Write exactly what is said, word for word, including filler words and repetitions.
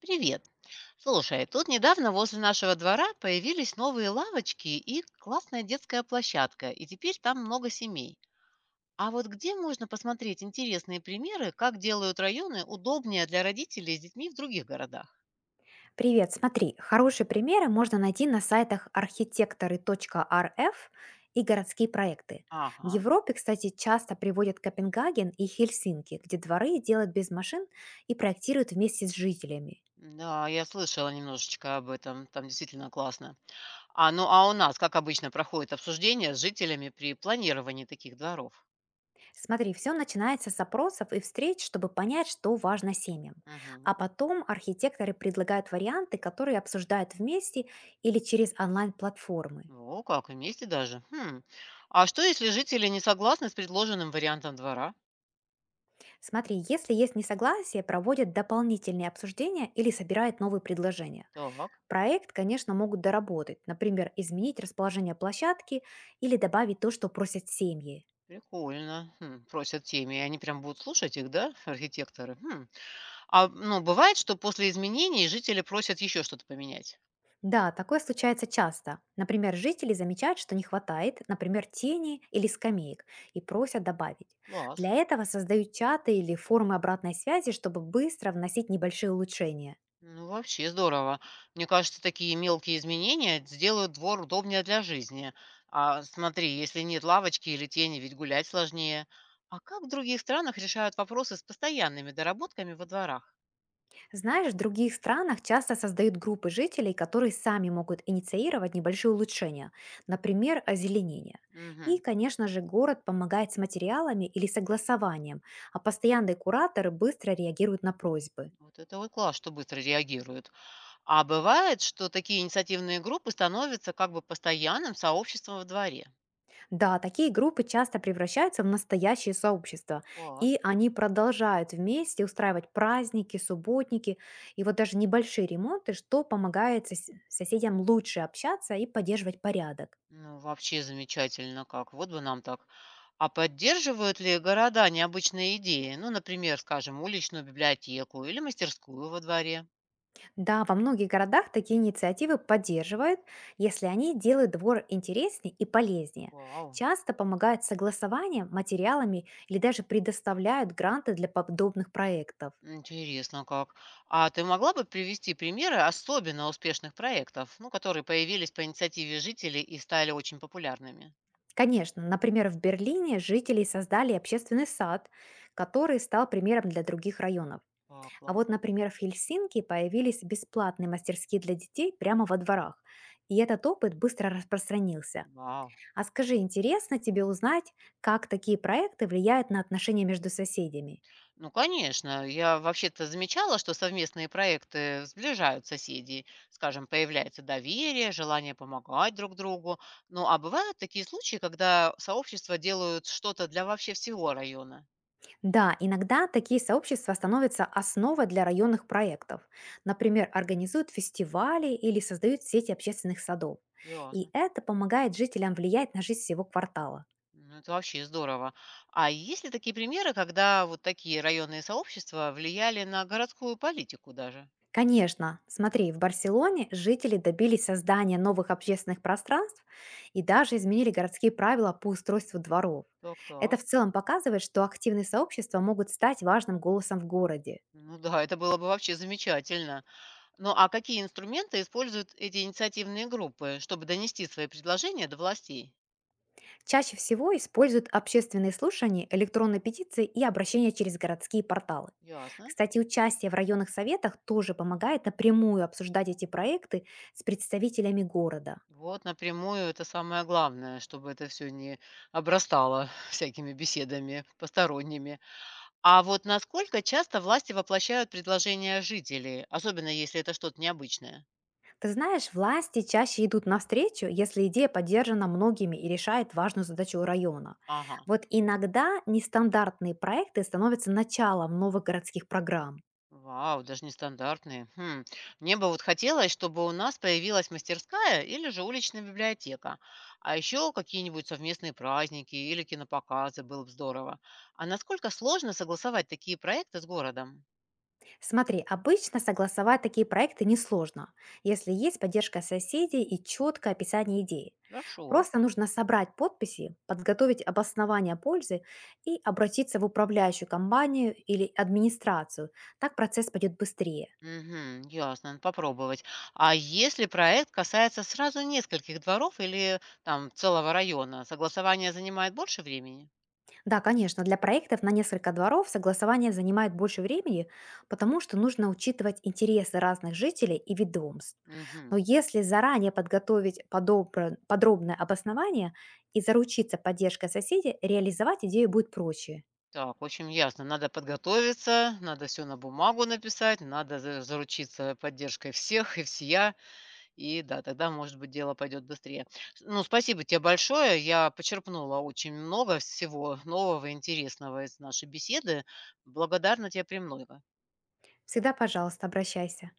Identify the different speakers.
Speaker 1: Привет. Слушай, тут недавно возле нашего двора появились новые лавочки и классная детская площадка, и теперь там много семей. А вот где можно посмотреть интересные примеры, как делают районы удобнее для родителей с детьми в других городах?
Speaker 2: Привет, смотри, хорошие примеры можно найти на сайтах архитекторы точка эр эф и городские проекты. В
Speaker 1: Ага.
Speaker 2: Европе, кстати, часто приводят Копенгаген и Хельсинки, где дворы делают без машин и проектируют вместе с жителями.
Speaker 1: Да, я слышала немножечко об этом, там действительно классно. А ну а у нас, как обычно, проходит обсуждение с жителями при планировании таких дворов?
Speaker 2: Смотри, все начинается с опросов и встреч, чтобы понять, что важно семьям. А
Speaker 1: Мгм.
Speaker 2: потом архитекторы предлагают варианты, которые обсуждают вместе или через онлайн-платформы.
Speaker 1: О, как, вместе даже. Хм. А что, если жители не согласны с предложенным вариантом двора?
Speaker 2: Смотри, если есть несогласие, проводят дополнительные обсуждения или собирают новые предложения.
Speaker 1: Так,
Speaker 2: Проект, конечно, могут доработать, например, изменить расположение площадки или добавить то, что просят семьи.
Speaker 1: прикольно. Хм, просят теми, и они прям будут слушать их, да, архитекторы? Хм. А, ну, бывает, что после изменений жители просят еще что-то поменять?
Speaker 2: Да, такое случается часто. Например, жители замечают, что не хватает, например, тени или скамеек, и просят добавить.
Speaker 1: Класс.
Speaker 2: Для этого создают чаты или форумы обратной связи, чтобы быстро вносить небольшие улучшения.
Speaker 1: Ну, вообще здорово. Мне кажется, такие мелкие изменения сделают двор удобнее для жизни. А смотри, если нет лавочки или тени, ведь гулять сложнее. А как в других странах решают вопросы с постоянными доработками во дворах?
Speaker 2: Знаешь, в других странах часто создают группы жителей, которые сами могут инициировать небольшие улучшения, например, озеленение. И,
Speaker 1: Угу.
Speaker 2: конечно же, город помогает с материалами или согласованием, а постоянные кураторы быстро реагируют на просьбы.
Speaker 1: Вот это вот класс, что быстро реагируют. А бывает, что такие инициативные группы становятся как бы постоянным сообществом во дворе.
Speaker 2: Да, такие группы часто превращаются в настоящие сообщества,
Speaker 1: Класс.
Speaker 2: и они продолжают вместе устраивать праздники, субботники и вот даже небольшие ремонты, что помогает сос- соседям лучше общаться и поддерживать порядок.
Speaker 1: Ну, вообще замечательно как. Вот бы нам так. А поддерживают ли города необычные идеи? Ну, например, скажем, уличную библиотеку или мастерскую во дворе.
Speaker 2: Да, во многих городах такие инициативы поддерживают, если они делают двор интереснее и полезнее.
Speaker 1: Вау.
Speaker 2: Часто помогают с согласованием, материалами или даже предоставляют гранты для подобных проектов.
Speaker 1: Интересно как. А ты могла бы привести примеры особенно успешных проектов, ну, которые появились по инициативе жителей и стали очень популярными?
Speaker 2: Конечно, например, в Берлине жители создали общественный сад, который стал примером для других районов.
Speaker 1: А,
Speaker 2: А вот,
Speaker 1: класс.
Speaker 2: например, в Хельсинки появились бесплатные мастерские для детей прямо во дворах. И этот опыт быстро распространился.
Speaker 1: Вау.
Speaker 2: А скажи, интересно тебе узнать, как такие проекты влияют на отношения между соседями?
Speaker 1: Ну, конечно. Я вообще-то замечала, что совместные проекты сближают соседей. Скажем, появляется доверие, желание помогать друг другу. Ну, а бывают такие случаи, когда сообщества делают что-то для вообще всего района.
Speaker 2: Да, иногда такие сообщества становятся основой для районных проектов. Например, организуют фестивали или создают сети общественных садов. И
Speaker 1: Ясно.
Speaker 2: это помогает жителям влиять на жизнь всего квартала.
Speaker 1: Ну, это вообще здорово. А есть ли такие примеры, когда вот такие районные сообщества влияли на городскую политику даже?
Speaker 2: Конечно, смотри, в Барселоне жители добились создания новых общественных пространств и даже изменили городские правила по устройству дворов.
Speaker 1: Так,
Speaker 2: Это
Speaker 1: так.
Speaker 2: в целом показывает, что активные сообщества могут стать важным голосом в городе.
Speaker 1: Ну да, это было бы вообще замечательно. Ну а какие инструменты используют эти инициативные группы, чтобы донести свои предложения до властей?
Speaker 2: Чаще всего используют общественные слушания, электронные петиции и обращения через городские порталы.
Speaker 1: Ясно.
Speaker 2: Кстати, участие в районных советах тоже помогает напрямую обсуждать эти проекты с представителями города.
Speaker 1: Вот напрямую это самое главное, чтобы это все не обрастало всякими беседами посторонними. А вот насколько часто власти воплощают предложения жителей, особенно если это что-то необычное?
Speaker 2: Ты знаешь, власти чаще идут навстречу, если идея поддержана многими и решает важную задачу района.
Speaker 1: Ага.
Speaker 2: Вот иногда нестандартные проекты становятся началом новых городских программ.
Speaker 1: Вау, даже нестандартные. Хм. Мне бы вот хотелось, чтобы у нас появилась мастерская или же уличная библиотека. А еще какие-нибудь совместные праздники или кинопоказы было бы здорово. А насколько сложно согласовать такие проекты с городом?
Speaker 2: Смотри, обычно согласовать такие проекты несложно, если есть поддержка соседей и четкое описание идеи.
Speaker 1: Хорошо.
Speaker 2: Просто нужно собрать подписи, подготовить обоснование пользы и обратиться в управляющую компанию или администрацию. Так процесс пойдет быстрее.
Speaker 1: Угу, ясно, надо попробовать. А если проект касается сразу нескольких дворов или там целого района, согласование занимает больше времени?
Speaker 2: Да, конечно, для проектов на несколько дворов согласование занимает больше времени, потому что нужно учитывать интересы разных жителей и ведомств. Но
Speaker 1: Угу.
Speaker 2: если заранее подготовить подобра- подробное обоснование и заручиться поддержкой соседей, реализовать идею будет проще.
Speaker 1: Так, очень ясно. Надо подготовиться, надо все на бумагу написать, надо за заручиться поддержкой всех и всея. И да, тогда, может быть, дело пойдет быстрее. С ну, спасибо тебе большое. Я почерпнула очень много всего нового и интересного из нашей беседы. Благодарна тебе, премного.
Speaker 2: Всегда, пожалуйста, обращайся.